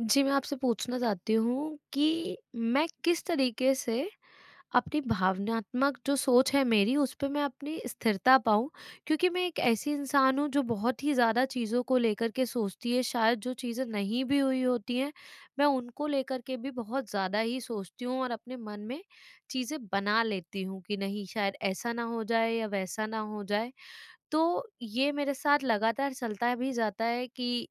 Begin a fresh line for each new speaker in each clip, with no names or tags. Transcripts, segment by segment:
जी, मैं आपसे पूछना चाहती हूँ कि मैं किस तरीके से अपनी भावनात्मक जो सोच है मेरी उस पे मैं अपनी स्थिरता पाऊँ? क्योंकि मैं एक ऐसी इंसान हूँ जो बहुत ही ज़्यादा चीज़ों को लेकर के सोचती है, शायद जो चीज़ें नहीं भी हुई होती हैं, मैं उनको लेकर के भी बहुत ज़्यादा ही सोचती हूँ और अपने मन में चीज़ें बना लेती हूँ कि नहीं शायद ऐसा ना हो जाए या वैसा ना हो जाए। तो ये मेरे साथ लगातार चलता भी जाता है कि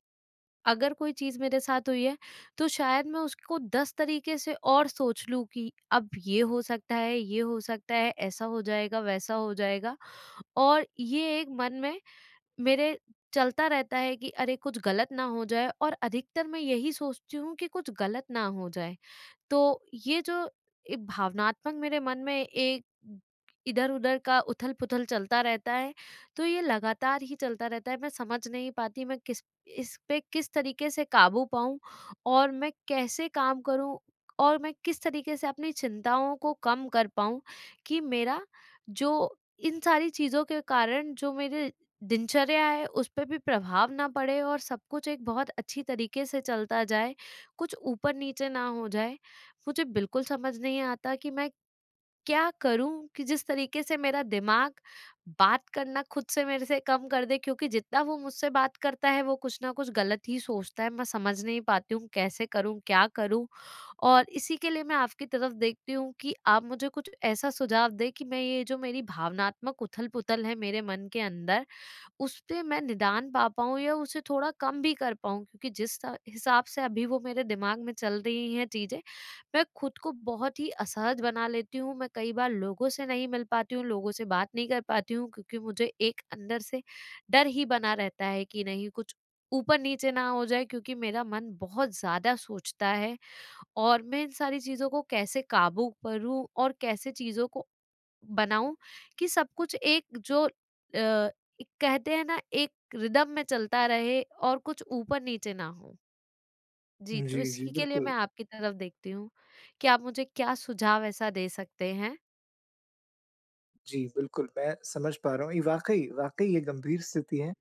अगर कोई चीज़ मेरे साथ हुई है, तो शायद मैं उसको 10 तरीके से और सोच लूँ कि अब ये हो सकता है, ये हो सकता है, ऐसा हो जाएगा, वैसा हो जाएगा और ये एक मन में मेरे चलता रहता है कि अरे कुछ गलत ना हो जाए और अधिकतर मैं यही सोचती हूँ कि कुछ गलत ना हो जाए। तो ये जो एक भावनात्मक मेरे मन में एक इधर-उधर का उथल-पुथल चलता रहता है, तो ये लगातार ही चलता रहता है। मैं समझ नहीं पाती मैं किस इस पे किस तरीके से काबू पाऊँ और मैं कैसे काम करूँ और मैं किस तरीके से अपनी चिंताओं को कम कर पाऊँ कि मेरा जो इन सारी चीज़ों के कारण जो मेरे दिनचर्या है, उस पे भी प्रभाव ना पड़े और सब कुछ एक बहुत अच्छी तरीके से चलता जाए, कुछ ऊपर-नीचे ना हो जाए। मुझे बिल्कुल समझ नहीं आता कि मैं क्या करूं कि जिस तरीके से मेरा दिमाग बात करना खुद से मेरे से कम कर दे, क्योंकि जितना वो मुझसे बात करता है वो कुछ ना कुछ गलत ही सोचता है। मैं समझ नहीं पाती हूँ कैसे करूँ क्या करूँ, और इसी के लिए मैं आपकी तरफ देखती हूँ कि आप मुझे कुछ ऐसा सुझाव दें कि मैं ये जो मेरी भावनात्मक उथल पुथल है मेरे मन के अंदर, उसपे मैं निदान पा पाऊँ या उसे थोड़ा कम भी कर पाऊँ, क्योंकि जिस सा हिसाब से अभी वो मेरे दिमाग में चल रही हैं चीज़ें, मैं खुद को बहुत ही असहज बना लेती हूँ। मैं कई बार लोगों से नहीं मिल पाती हूँ, लोगों से बात नहीं कर पाती हूँ, क्योंकि मुझे एक अंदर से डर ही बना रहता है कि नहीं कुछ ऊपर-नीचे ना हो जाए, क्योंकि मेरा मन बहुत ज़्यादा सोचता है और मैं इन सारी चीज़ों को कैसे काबू करूँ और कैसे चीज़ों को बनाऊँ कि सब कुछ एक जो एक कहते हैं ना एक रिदम में चलता रहे और कुछ ऊपर-नीचे ना हो? जी,
जी,
तो
जी,
इसी के लिए मैं
बिल्कुल।
आपकी तरफ देखती हूँ कि आप मुझे क्या सुझाव ऐसा दे सकते हैं?
जी, बिल्कुल, मैं समझ पा रहा हूँ। ये वाक़ई वाक़ई ये गंभीर स्थिति है,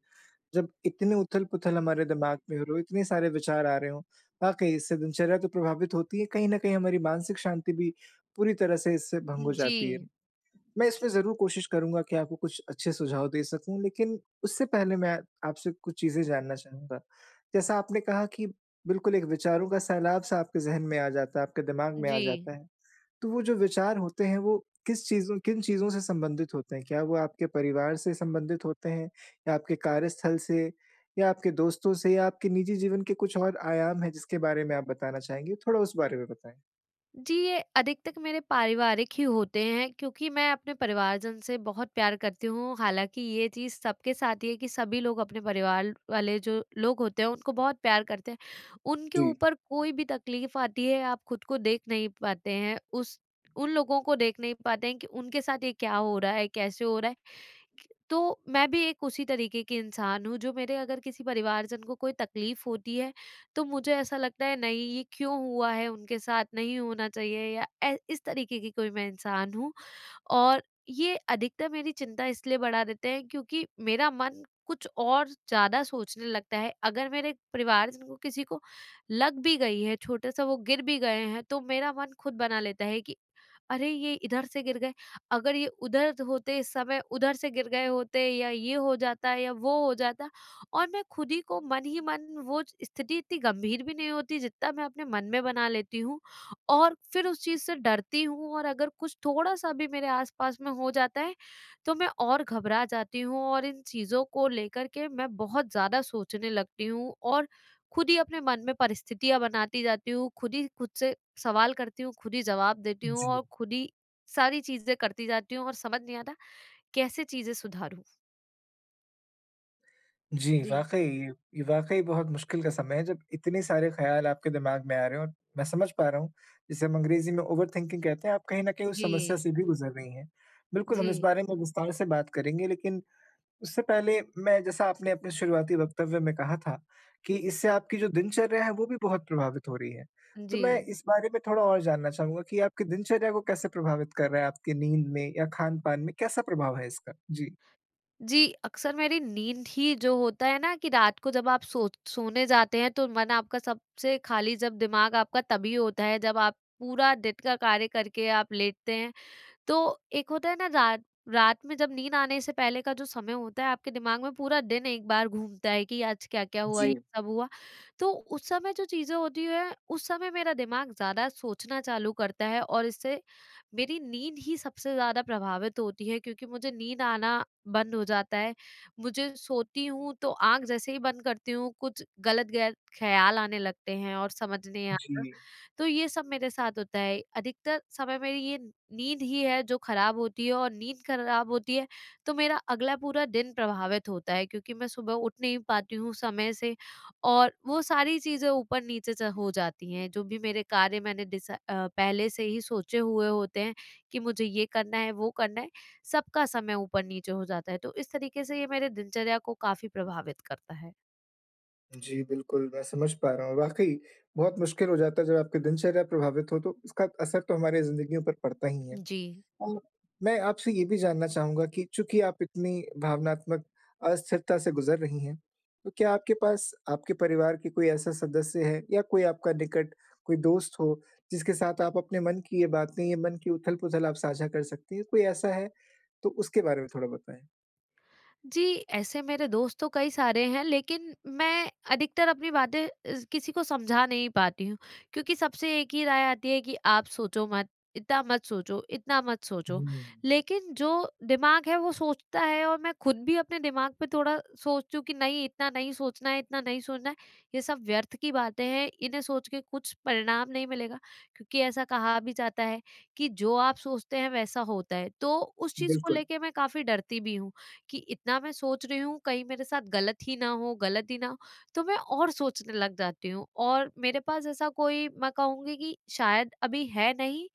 जब इतने उथल-पुथल हमारे दिमाग में हो रहे हो, इतने सारे विचार आ रहे हों। वाक़ई इससे दिनचर्या तो प्रभावित होती है, कहीं न कहीं हमारी मानसिक शांति भी पूरी तरह से इससे भंग हो
जी,
जाती है। मैं इसमें ज़रूर कोशिश करूँगा कि आपको कुछ अच्छे सुझाव दे सकूँ, लेकिन उससे पहले मैं आपसे कुछ चीज़ें जानना चाहूँगा। जैसा आपने कहा कि बिल्कुल एक विचारों का सैलाब-सा आपके ज़हन में आ जाता है, आपके दिमाग में आ
जी।
जाता है। तो वो जो विचार होते हैं, वो किस चीज़ों किन चीज़ों से संबंधित होते हैं? क्या वो आपके परिवार से संबंधित होते हैं या आपके कार्यस्थल से या आपके दोस्तों से या आपके निजी जीवन के कुछ और आयाम हैं, जिसके बारे में आप बताना चाहेंगे? थोड़ा उस बारे में बताएँ।
जी, ये अधिकतर मेरे पारिवारिक ही होते हैं, क्योंकि मैं अपने परिवारजन से बहुत प्यार करती हूँ। हालाँकि ये चीज़ सबके साथ ही है कि सभी लोग अपने परिवार वाले जो लोग होते हैं उनको बहुत प्यार करते हैं। उनके
जी,
ऊपर कोई भी तकलीफ़ आती है आप खुद को देख नहीं पाते हैं। उस उन लोगों को देख नहीं पाते हैं कि उनके साथ ये क्या हो रहा है, कैसे हो रहा है? तो मैं भी एक उसी तरीके की इंसान हूँ जो मेरे अगर किसी परिवारजन को कोई तकलीफ होती है तो मुझे ऐसा लगता है नहीं ये क्यों हुआ है उनके साथ नहीं होना चाहिए या इस तरीके की कोई मैं इंसान हूँ और ये अधिकतर मेरी चिंता इसलिए बढ़ा देते हैं, क्योंकि मेरा मन कुछ और ज़्यादा सोचने लगता है। अगर मेरे परिवारजन को किसी को लग भी गई है, छोटा-सा वो गिर भी गए हैं, तो मेरा मन खुद बना लेता है कि अरे! ये इधर से गिर गए, अगर ये उधर होते इस समय उधर से गिर गए होते या ये हो जाता या वो हो जाता और मैं खुद ही को मन ही मन वो स्थिति इतनी गंभीर भी नहीं होती जितना मैं अपने मन में बना लेती हूँ और फिर उस चीज़ से डरती हूँ और अगर कुछ थोड़ा-सा भी मेरे आस-पास में हो जाता है, तो मैं और घबरा जाती हूँ और इन चीज़ों को लेकर के मैं बहुत ज़्यादा सोचने लगती हूँ और खुद ही अपने मन में परिस्थितियाँ बनाती जाती हूँ, खुद ही खुद से सवाल करती हूँ, खुद ही जवाब देती हूँ
जी।
और खुद ही सारी चीज़ें करती जाती हूँ और समझ नहीं आता कैसे चीज़ें सुधारूँ?
जी,
जी।
वाक़ई ये वाक़ई बहुत मुश्किल का समय है, जब इतने सारे ख़्याल आपके दिमाग में आ रहे हों और मैं समझ पा रहा हूँ, जिसे हम अंग्रेज़ी में ओवरथिंकिंग कहते हैं, आप कहीं न कहीं उस
जी।
समस्या से भी गुज़र रही हैं। बिल्कुल,
जी।
हम इस बारे में विस्तार से बात करेंगे, लेकिन उससे पहले मैं, जैसा आपने अपने शुरुआती वक्तव्य में कहा था कि इससे आपकी जो दिनचर्या है वो भी बहुत प्रभावित हो रही है। तो
जी।
मैं इस बारे में थोड़ा और जानना चाहूँगा कि आपकी दिनचर्या को कैसे प्रभावित कर रहा है? आपकी नींद में या खान-पान में कैसा प्रभाव है इसका? जी।
जी, अक्सर मेरी नींद ही जो होता है ना कि रात को जब आप सोने जाते हैं तो मन आपका सबसे खाली जब दिमाग आपका तभी होता है जब आप पूरा दिन का कार्य करके आप लेटते हैं, तो एक होता है ना रात रात में जब नींद आने से पहले का जो समय होता है आपके दिमाग में पूरा दिन एक बार घूमता है कि आज क्या-क्या हुआ, ये
जी,
सब हुआ। तो उस समय जो चीज़ें होती है, उस समय मेरा दिमाग ज़्यादा सोचना चालू करता है और इससे मेरी नींद ही सबसे ज़्यादा प्रभावित होती है, क्योंकि मुझे नींद आना बंद हो जाता है। मुझे सोती हूँ तो आँख जैसे ही बंद करती हूँ कुछ गलत-गलत ख़्याल आने लगते हैं और समझ नहीं आता।
जी।
तो ये सब मेरे साथ होता है। अधिकतर समय मेरी ये नींद ही है जो खराब होती है और नींद खराब होती है तो मेरा अगला पूरा दिन प्रभावित होता है, क्योंकि मैं सुबह उठ नहीं पाती हूँ समय से और वो सारी चीज़ें ऊपर-नीचे च हो जाती हैं। जो भी मेरे कार्य मैंने पहले से ही सोचे हुए होते हैं कि मुझे ये करना है, वो करना है, सबका समय ऊपर-नीचे हो जाता है। तो इस तरीके से ये मेरे दिनचर्या को काफ़ी प्रभावित करता है।
जी, बिल्कुल, मैं समझ पा रहा हूँ। वाक़ई बहुत मुश्किल हो जाता है जब आपकी दिनचर्या प्रभावित हो, तो इसका असर तो हमारी ज़िंदगियों पर पड़ता ही है।
जी।
और मैं आपसे ये भी जानना चाहूँगा कि चूँकि आप इतनी भावनात्मक अस्थिरता से गुज़र रही हैं, तो क्या आपके पास आपके परिवार के कोई ऐसा सदस्य है या कोई आपका निकट कोई दोस्त हो, जिसके साथ आप अपने मन की ये बातें, ये मन की उथल-पुथल आप साझा कर सकती हैं? कोई ऐसा है? तो उसके बारे में थोड़ा बताएँ।
जी, ऐसे मेरे दोस्त तो कई सारे हैं, लेकिन मैं अधिकतर अपनी बातें किसी को समझा नहीं पाती हूँ, क्योंकि सबसे एक ही राय आती है कि आप सोचो मत, इतना मत सोचो, इतना मत सोचो।
हुँ।
लेकिन जो दिमाग है वो सोचता है और मैं खुद भी अपने दिमाग पे थोड़ा सोचती हूँ कि नहीं इतना नहीं सोचना है, इतना नहीं सोचना है, ये सब व्यर्थ की बातें हैं, इन्हें सोच के कुछ परिणाम नहीं मिलेगा। क्योंकि ऐसा कहा भी जाता है कि जो आप सोचते हैं वैसा होता है, तो उस चीज़ को
बिल्कुल।
लेके मैं काफ़ी डरती भी हूँ कि इतना मैं सोच रही हूँ कहीं मेरे साथ गलत ही ना हो गलत ही ना हो, तो मैं और सोचने लग जाती हूँ और मेरे पास ऐसा कोई मैं कहूँगी कि शायद अभी है नहीं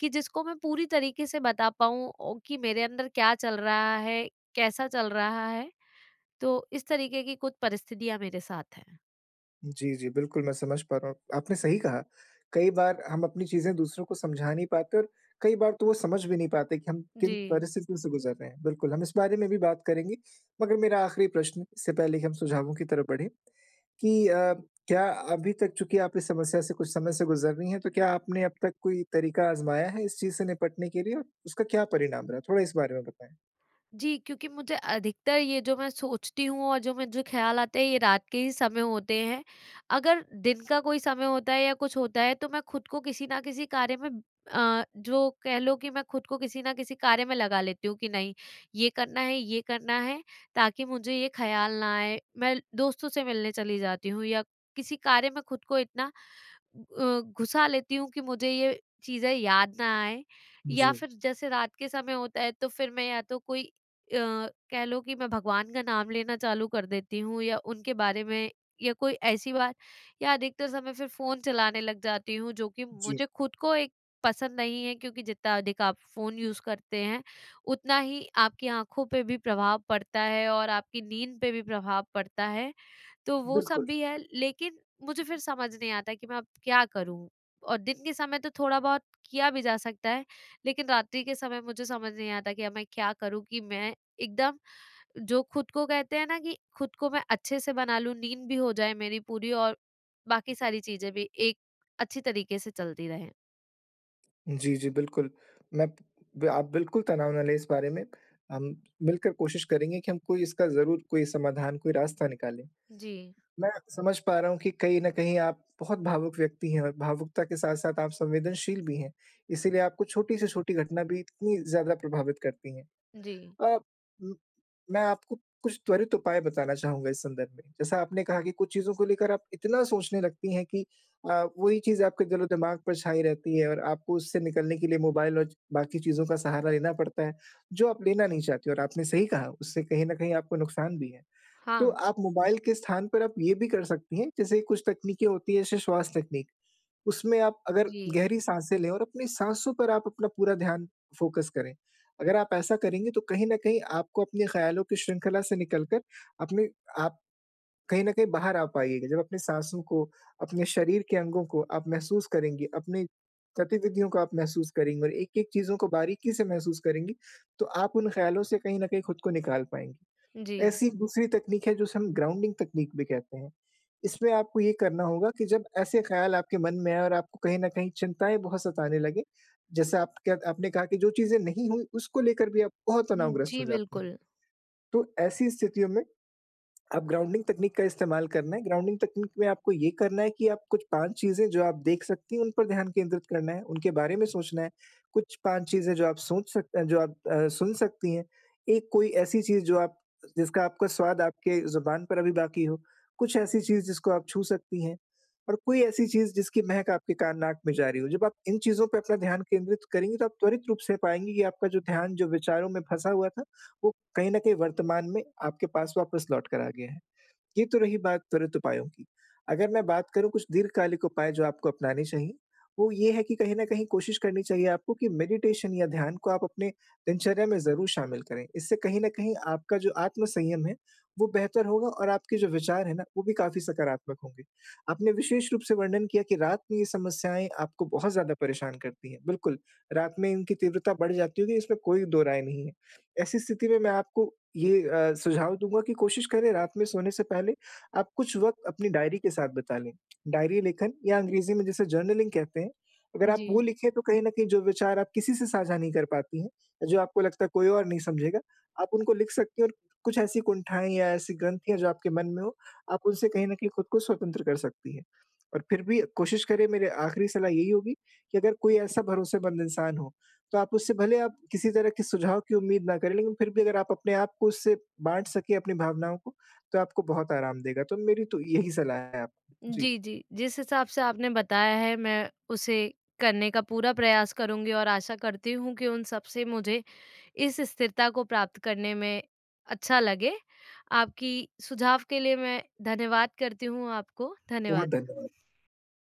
कि जिसको मैं पूरी तरीके से बता पाऊँ कि मेरे अंदर क्या चल रहा है कैसा चल रहा है, तो इस तरीके की कुछ परिस्थितियां मेरे साथ हैं।
जी, जी, बिल्कुल, मैं समझ पा रहा हूँ। आपने सही कहा, कई बार हम अपनी चीज़ें दूसरों को समझा नहीं पाते और कई बार तो वो समझ भी नहीं पाते कि हम
जी।
किन परिस्थितियों से गुज़र रहे हैं। बिल्कुल, हम इस बारे में भी बात करेंगे, मगर मेरा आखिरी प्रश्न, इससे पहले कि हम सुझावों की तरफ बढ़ें, कि क्या अभी तक, चूँकि आप इस समस्या से कुछ समय से गुज़र रही हैं, तो क्या आपने अब तक कोई तरीका आज़माया है इस चीज़ से निपटने के लिए और उसका क्या परिणाम रहा? थोड़ा इस बारे में बताएँ।
जी, क्योंकि मुझे अधिकतर ये जो मैं सोचती हूँ और जो मुझे ख़्याल आते हैं ये रात के ही समय होते हैं। अगर दिन का कोई समय होता है या कुछ होता है तो मैं खुद को किसी न किसी कार्य में जो कह लो कि मैं खुद को किसी न किसी कार्य में लगा लेती हूँ कि नहीं ये करना है, ये करना है ताकि मुझे ये ख़्याल ना आए। मैं दोस्तों से मिलने चली जाती हूँ या किसी कार्य में खुद को इतना अ, घुसा लेती हूँ कि मुझे ये चीज़ें याद ना आएँ या
जी,
फिर जैसे रात के समय होता है तो फिर मैं या तो कोई कह लो कि मैं भगवान का नाम लेना चालू कर देती हूँ या उनके बारे में या कोई ऐसी बात या अधिकतर समय फिर फोन चलाने लग जाती हूँ जो कि
जी,
मुझे खुद को एक पसंद नहीं है, क्योंकि जितना अधिक आप फोन यूज करते हैं उतना ही आपकी आंखों पे भी प्रभाव पड़ता है और आपकी नींद पे भी प्रभाव पड़ता है, तो वो सब
बिल्कुल।
भी है, लेकिन मुझे फिर समझ नहीं आता कि मैं अब क्या करूँ? और दिन के समय तो थोड़ा बहुत किया भी जा सकता है, लेकिन रात्रि के समय मुझे समझ नहीं आता कि अब मैं क्या करूँ कि मैं एकदम जो खुद को कहते हैं ना कि खुद को मैं अच्छे से बना लूँ, नींद भी हो जाए मेरी पूरी और बाकी सारी चीज़ें भी एक अच्छी तरीके से चलती रहें।
जी, जी, बिल्कुल। मैं ब आप बिल्कुल तनाव ना लें इस बारे में। हम मिलकर कोशिश करेंगे कि हम कोई इसका ज़रूर कोई समाधान, कोई रास्ता निकालें।
जी,
मैं समझ पा रहा हूँ कि कहीं न कहीं आप बहुत भावुक व्यक्ति हैं और भावुकता के साथ-साथ आप संवेदनशील भी हैं। इसीलिए आपको छोटी से छोटी घटना भी इतनी ज़्यादा प्रभावित करती हैं।
जी।
अ, उम मैं आपको कुछ त्वरित उपाय बताना चाहूँगा इस संदर्भ में। जैसा आपने कहा कि कुछ चीज़ों को लेकर आप इतना सोचने लगती हैं कि वही चीज़ आपके दिलो-दिमाग पर छाई रहती है और आपको उससे निकलने के लिए मोबाइल और बाकी चीज़ों का सहारा लेना पड़ता है, जो आप लेना नहीं चाहती और आपने सही कहा, उससे कहीं न कहीं आपको नुकसान भी है। तो
हाँ,
आप मोबाइल के स्थान पर आप ये भी कर सकती हैं, जैसे कुछ तकनीकें होती हैं जैसे श्वास तकनीक। उसमें आप अगर
जी,
गहरी साँसें लें और अपनी साँसों पर आप अपना पूरा ध्यान फ़ोकस करें। अगर आप ऐसा करेंगे तो कहीं न कहीं आपको अपने ख़्यालों की श्रृंखला से निकलकर अपने आप कहीं न कहीं बाहर आ पाइएगा। जब अपने साँसों को, अपने शरीर के अंगों को आप महसूस करेंगे, अपने गतिविधियों को आप महसूस करेंगे और एक-एक चीज़ों को बारीकी से महसूस करेंगी, तो आप उन ख़्यालों से कहीं न कहीं खुद को निकाल पाएँगे।
जी।
ऐसी एक दूसरी तकनीक है जिसे हम ग्राउंडिंग तकनीक भी कहते हैं। इसमें आपको ये करना होगा कि जब ऐसे ख़्याल आपके मन में आए और आपको कहीं न कहीं चिंताएँ बहुत सताने लगें, जैसे आप, क्या आपने कहा कि जो चीज़ें नहीं हुई उसको लेकर भी आप बहुत तनावग्रस्त हो
जी,
जाती हैं।
बिल्कुल।
तो ऐसी स्थितियों में आप ग्राउंडिंग तकनीक का इस्तेमाल करना है। ग्राउंडिंग तकनीक में आपको ये करना है कि आप कुछ 5 चीज़ें जो आप देख सकती हैं, उन पर ध्यान केंद्रित करना है, उनके बारे में सोचना है। कुछ 5 चीज़ें जो आप सुन सकती हैं। एक कोई ऐसी चीज़ जो आप जिसका आपका स्वाद आपके ज़ुबान पर अभी बाकी हो। कुछ ऐसी चीज़ जिसको आप छू सकती हैं और कोई ऐसी चीज़ जिसकी महक आपके कान नाक में जा रही हो। जब आप इन चीज़ों पे अपना ध्यान केंद्रित करेंगी, तो आप त्वरित रूप से पाएँगी कि आपका जो ध्यान जो विचारों में फँसा हुआ था, वो कहीं न कहीं वर्तमान में आपके पास वापस लौट कर आ गया है। ये तो रही बात त्वरित उपायों की। अगर मैं बात करूँ कुछ दीर्घकालिक उपाय जो आपको अपनाने चाहिए, वो ये है कि कहीं न कहीं कोशिश करनी चाहिए आपको कि मेडिटेशन या ध्यान को आप अपने दिनचर्या में ज़रूर शामिल करें। इससे कहीं न कहीं आपका जो आत्म-संयम है, वो बेहतर होगा और आपके जो विचार हैं ना, वो भी काफ़ी सकारात्मक होंगे। आपने विशेष रूप से वर्णन किया कि रात में ये समस्याएँ आपको बहुत ज़्यादा परेशान करती हैं। बिल्कुल, रात में इनकी तीव्रता बढ़ जाती होगी, इसमें कोई दो राय नहीं है। ऐसी स्थिति में मैं आपको ये सुझाव दूँगा कि कोशिश करें रात में सोने से पहले आप कुछ वक़्त अपनी डायरी के साथ बिता लें। डायरी लेखन या अंग्रेज़ी में जिसे जर्नलिंग कहते हैं, अगर आप
जी।
वो लिखें तो कहीं न कहीं जो विचार आप किसी से साझा नहीं कर पाती हैं, या जो आपको लगता है कोई और नहीं समझेगा, आप उनको लिख सकती हैं और कुछ ऐसी कुंठाएँ या ऐसी ग्रंथियाँ जो आपके मन में हो, आप उनसे कहीं न कहीं खुद को स्वतंत्र कर सकती हैं। और फिर भी कोशिश करें, मेरी आखिरी सलाह यही होगी कि अगर कोई ऐसा भरोसेमंद इंसान हो, तो आप उससे, भले आप किसी तरह के सुझाव की उम्मीद ना करें, लेकिन फिर भी अगर आप अपने आप को उससे बाँट सकें अपनी भावनाओं को, तो आपको बहुत आराम देगा। तो मेरी तो यही सलाह है आपको। जी,
जी, जी। जिस हिसाब से आपने बताया है मैं उसे करने का पूरा प्रयास करूँगी और आशा करती हूँ कि उन सब से मुझे इस स्थिरता को प्राप्त करने में अच्छा लगे। आपकी सुझाव के लिए मैं धन्यवाद करती हूँ आपको।
बहुत
धन्यवाद।
धन्यवाद।